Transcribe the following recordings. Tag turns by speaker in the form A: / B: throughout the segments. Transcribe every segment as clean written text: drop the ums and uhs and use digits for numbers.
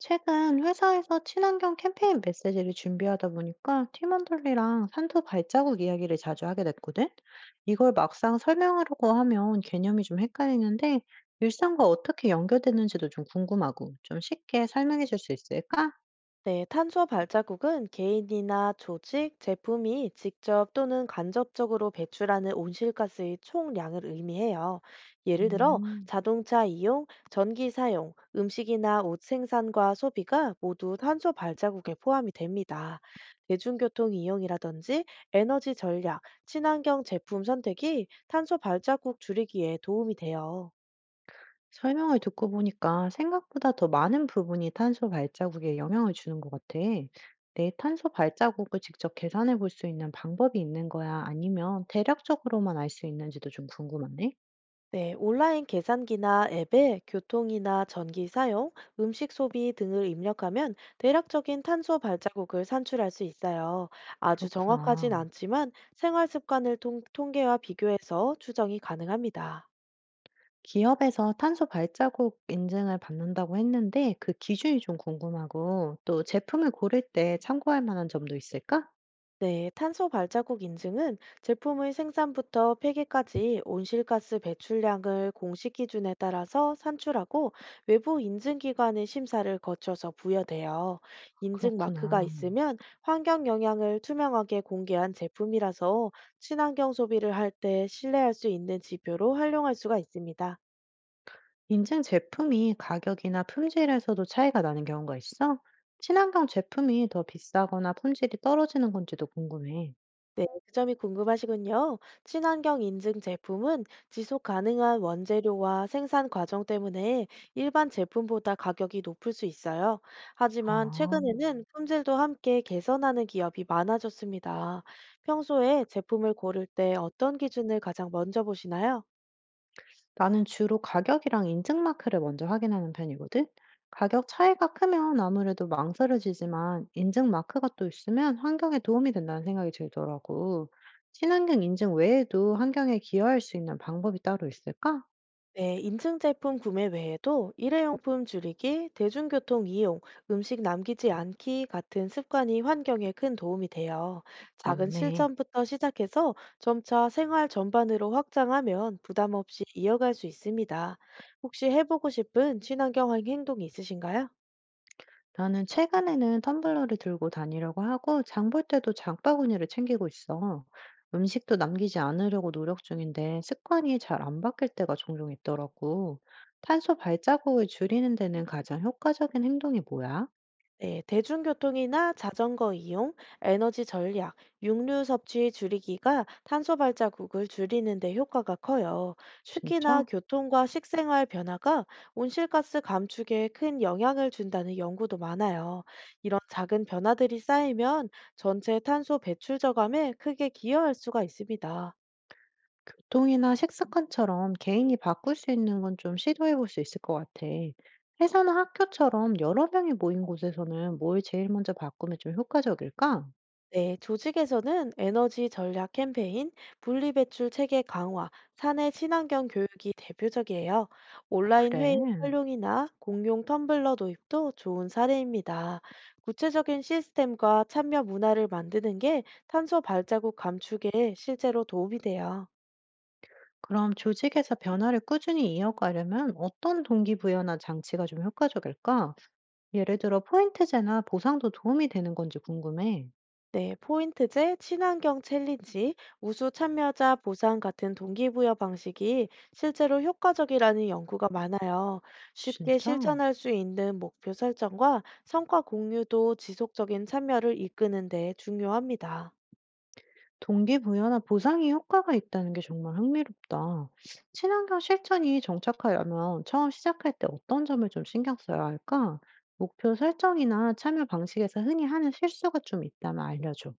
A: 최근 회사에서 친환경 캠페인 메시지를 준비하다 보니까 팀원들이랑 산소 발자국 이야기를 자주 하게 됐거든? 이걸 막상 설명하려고 하면 개념이 좀 헷갈리는데, 일상과 어떻게 연결되는지도 좀 궁금하고, 좀 쉽게 설명해 줄 수 있을까?
B: 네, 탄소 발자국은 개인이나 조직, 제품이 직접 또는 간접적으로 배출하는 온실가스의 총량을 의미해요. 예를 들어,
A: 음,
B: 자동차 이용, 전기 사용, 음식이나 옷 생산과 소비가 모두 탄소 발자국에 포함이 됩니다. 대중교통 이용이라든지 에너지 전략, 친환경 제품 선택이 탄소 발자국 줄이기에 도움이 돼요.
A: 설명을 듣고 보니까 생각보다 더 많은 부분이 탄소 발자국에 영향을 주는 것 같아. 내 탄소 발자국을 직접 계산해 볼 수 있는 방법이 있는 거야? 아니면 대략적으로만 알 수 있는지도 좀 궁금하네?
B: 네, 온라인 계산기나 앱에 교통이나 전기 사용, 음식 소비 등을 입력하면 대략적인 탄소 발자국을 산출할 수 있어요. 아주 정확하진
A: 그렇구나.
B: 않지만 생활 습관을 통계와 비교해서 추정이 가능합니다.
A: 기업에서 탄소 발자국 인증을 받는다고 했는데 그 기준이 좀 궁금하고 또 제품을 고를 때 참고할 만한 점도 있을까?
B: 네, 탄소 발자국 인증은 제품의 생산부터 폐기까지 온실가스 배출량을 공식 기준에 따라서 산출하고 외부 인증기관의 심사를 거쳐서 부여돼요. 인증 마크가
A: 그렇구나.
B: 있으면 환경 영향을 투명하게 공개한 제품이라서 친환경 소비를 할 때 신뢰할 수 있는 지표로 활용할 수가 있습니다.
A: 인증 제품이 가격이나 품질에서도 차이가 나는 경우가 있어? 친환경 제품이 더 비싸거나 품질이 떨어지는 건지도 궁금해.
B: 네, 그 점이 궁금하시군요. 친환경 인증 제품은 지속 가능한 원재료와 생산 과정 때문에 일반 제품보다 가격이 높을 수 있어요. 하지만
A: 아.
B: 최근에는 품질도 함께 개선하는 기업이 많아졌습니다. 평소에 제품을 고를 때 어떤 기준을 가장 먼저 보시나요?
A: 나는 주로 가격이랑 인증 마크를 먼저 확인하는 편이거든. 가격 차이가 크면 아무래도 망설여지지만 인증 마크가 또 있으면 환경에 도움이 된다는 생각이 들더라고. 친환경 인증 외에도 환경에 기여할 수 있는 방법이 따로 있을까?
B: 네, 인증 제품 구매 외에도 일회용품 줄이기, 대중교통 이용, 음식 남기지 않기 같은 습관이 환경에 큰 도움이 돼요. 작은
A: 맞네.
B: 실천부터 시작해서 점차 생활 전반으로 확장하면 부담 없이 이어갈 수 있습니다. 혹시 해보고 싶은 친환경 행동이 있으신가요?
A: 나는 최근에는 텀블러를 들고 다니려고 하고 장볼 때도 장바구니를 챙기고 있어. 음식도 남기지 않으려고 노력 중인데 습관이 잘 안 바뀔 때가 종종 있더라고. 탄소 발자국을 줄이는 데는 가장 효과적인 행동이 뭐야?
B: 네, 대중교통이나 자전거 이용, 에너지 절약, 육류 섭취 줄이기가 탄소 발자국을 줄이는 데 효과가 커요. 특히나
A: 진짜?
B: 교통과 식생활 변화가 온실가스 감축에 큰 영향을 준다는 연구도 많아요. 이런 작은 변화들이 쌓이면 전체 탄소 배출 저감에 크게 기여할 수가 있습니다.
A: 교통이나 식습관처럼 개인이 바꿀 수 있는 건 좀 시도해 볼 수 있을 것 같아. 회사나 학교처럼 여러 명이 모인 곳에서는 뭘 제일 먼저 바꾸면 좀 효과적일까?
B: 네, 조직에서는 에너지 전략 캠페인, 분리배출 체계 강화, 사내 친환경 교육이 대표적이에요. 온라인
A: 그래.
B: 회의 활용이나 공용 텀블러 도입도 좋은 사례입니다. 구체적인 시스템과 참여 문화를 만드는 게 탄소 발자국 감축에 실제로 도움이 돼요.
A: 그럼 조직에서 변화를 꾸준히 이어가려면 어떤 동기부여나 장치가 좀 효과적일까? 예를 들어 포인트제나 보상도 도움이 되는 건지 궁금해.
B: 네, 포인트제, 친환경 챌린지, 우수 참여자 보상 같은 동기부여 방식이 실제로 효과적이라는 연구가 많아요. 쉽게
A: 진짜?
B: 실천할 수 있는 목표 설정과 성과 공유도 지속적인 참여를 이끄는 데 중요합니다.
A: 동기부여나 보상이 효과가 있다는 게 정말 흥미롭다. 친환경 실천이 정착하려면 처음 시작할 때 어떤 점을 좀 신경 써야 할까? 목표 설정이나 참여 방식에서 흔히 하는 실수가 좀 있다면 알려줘.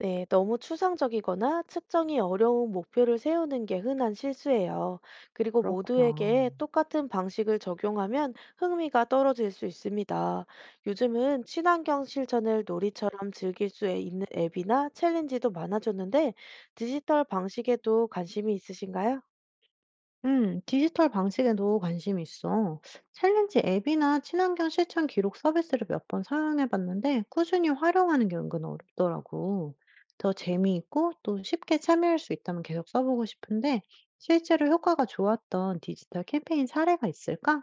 B: 네, 너무 추상적이거나 측정이 어려운 목표를 세우는 게 흔한 실수예요. 그리고
A: 그렇구나.
B: 모두에게 똑같은 방식을 적용하면 흥미가 떨어질 수 있습니다. 요즘은 친환경 실천을 놀이처럼 즐길 수 있는 앱이나 챌린지도 많아졌는데 디지털 방식에도 관심이 있으신가요?
A: 디지털 방식에도 관심이 있어. 챌린지 앱이나 친환경 실천 기록 서비스를 몇 번 사용해 봤는데 꾸준히 활용하는 게 은근 어렵더라고. 더 재미있고 또 쉽게 참여할 수 있다면 계속 써보고 싶은데 실제로 효과가 좋았던 디지털 캠페인 사례가 있을까?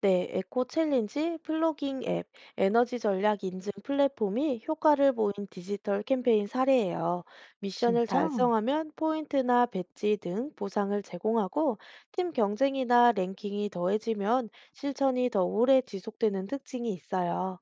B: 네, 에코 챌린지, 플로깅 앱, 에너지 전략 인증 플랫폼이 효과를 보인 디지털 캠페인 사례예요. 미션을
A: 진짜?
B: 달성하면 포인트나 배지 등 보상을 제공하고 팀 경쟁이나 랭킹이 더해지면 실천이 더 오래 지속되는 특징이 있어요.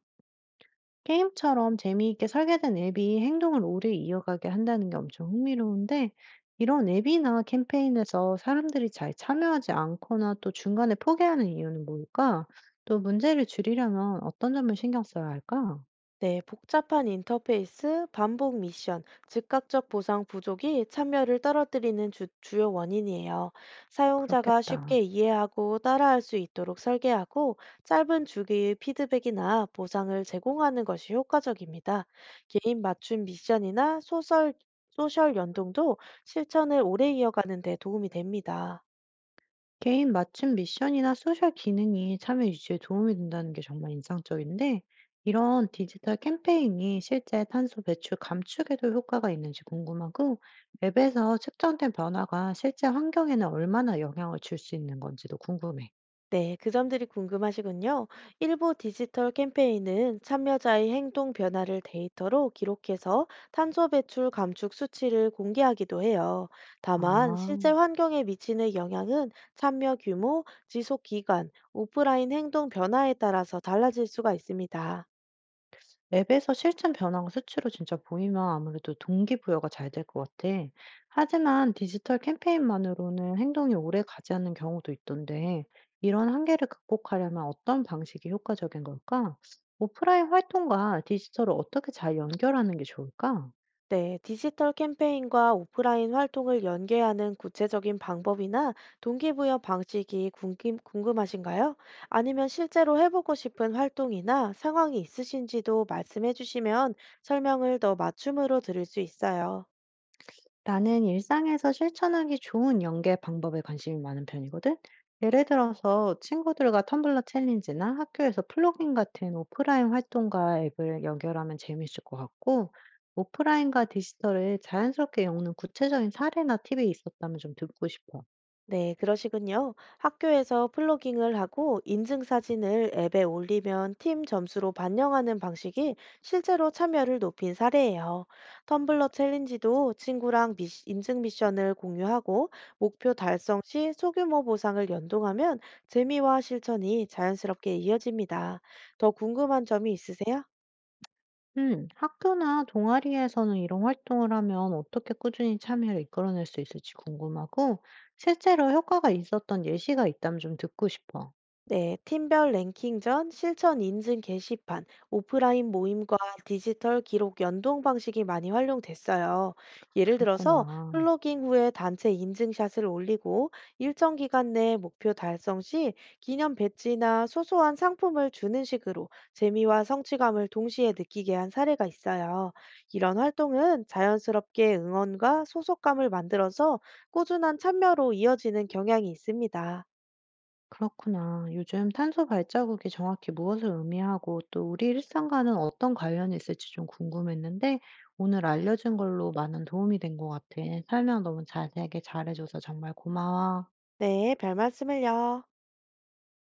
A: 게임처럼 재미있게 설계된 앱이 행동을 오래 이어가게 한다는 게 엄청 흥미로운데, 이런 앱이나 캠페인에서 사람들이 잘 참여하지 않거나 또 중간에 포기하는 이유는 뭘까? 또 문제를 줄이려면 어떤 점을 신경 써야 할까?
B: 네, 복잡한 인터페이스, 반복 미션, 즉각적 보상 부족이 참여를 떨어뜨리는 주요 원인이에요. 사용자가
A: 그렇겠다.
B: 쉽게 이해하고 따라할 수 있도록 설계하고 짧은 주기의 피드백이나 보상을 제공하는 것이 효과적입니다. 개인 맞춤 미션이나 소셜 연동도 실천을 오래 이어가는 데 도움이 됩니다.
A: 개인 맞춤 미션이나 소셜 기능이 참여 유지에 도움이 된다는 게 정말 인상적인데, 이런 디지털 캠페인이 실제 탄소 배출 감축에도 효과가 있는지 궁금하고, 앱에서 측정된 변화가 실제 환경에는 얼마나 영향을 줄 수 있는 건지도 궁금해.
B: 네, 그 점들이 궁금하시군요. 일부 디지털 캠페인은 참여자의 행동 변화를 데이터로 기록해서 탄소 배출 감축 수치를 공개하기도 해요. 다만,
A: 아,
B: 실제 환경에 미치는 영향은 참여 규모, 지속 기간, 오프라인 행동 변화에 따라서 달라질 수가 있습니다.
A: 앱에서 실천 변화가 수치로 진짜 보이면 아무래도 동기부여가 잘 될 것 같아. 하지만 디지털 캠페인만으로는 행동이 오래 가지 않는 경우도 있던데, 이런 한계를 극복하려면 어떤 방식이 효과적인 걸까? 오프라인 활동과 디지털을 어떻게 잘 연결하는 게 좋을까?
B: 네, 디지털 캠페인과 오프라인 활동을 연계하는 구체적인 방법이나 동기부여 방식이 궁금하신가요? 아니면 실제로 해보고 싶은 활동이나 상황이 있으신지도 말씀해 주시면 설명을 더 맞춤으로 드릴 수 있어요.
A: 나는 일상에서 실천하기 좋은 연계 방법에 관심이 많은 편이거든. 예를 들어서 친구들과 텀블러 챌린지나 학교에서 플로깅 같은 오프라인 활동과 앱을 연결하면 재밌을 것 같고, 오프라인과 디지털을 자연스럽게 엮는 구체적인 사례나 팁이 있었다면 좀 듣고 싶어.
B: 네, 그러시군요. 학교에서 플로깅을 하고 인증 사진을 앱에 올리면 팀 점수로 반영하는 방식이 실제로 참여를 높인 사례예요. 텀블러 챌린지도 친구랑 미 인증 미션을 공유하고 목표 달성 시 소규모 보상을 연동하면 재미와 실천이 자연스럽게 이어집니다. 더 궁금한 점이 있으세요?
A: 학교나 동아리에서는 이런 활동을 하면 어떻게 꾸준히 참여를 이끌어낼 수 있을지 궁금하고, 실제로 효과가 있었던 예시가 있다면 좀 듣고 싶어.
B: 네, 팀별 랭킹전, 실천 인증 게시판, 오프라인 모임과 디지털 기록 연동 방식이 많이 활용됐어요. 예를 들어서
A: 그랬구나.
B: 플로깅 후에 단체 인증샷을 올리고 일정 기간 내 목표 달성 시 기념 배지나 소소한 상품을 주는 식으로 재미와 성취감을 동시에 느끼게 한 사례가 있어요. 이런 활동은 자연스럽게 응원과 소속감을 만들어서 꾸준한 참여로 이어지는 경향이 있습니다.
A: 그렇구나. 요즘 탄소 발자국이 정확히 무엇을 의미하고 또 우리 일상과는 어떤 관련이 있을지 좀 궁금했는데 오늘 알려준 걸로 많은 도움이 된 것 같아. 설명 너무 자세하게 잘해줘서 정말 고마워.
B: 네, 별 말씀을요.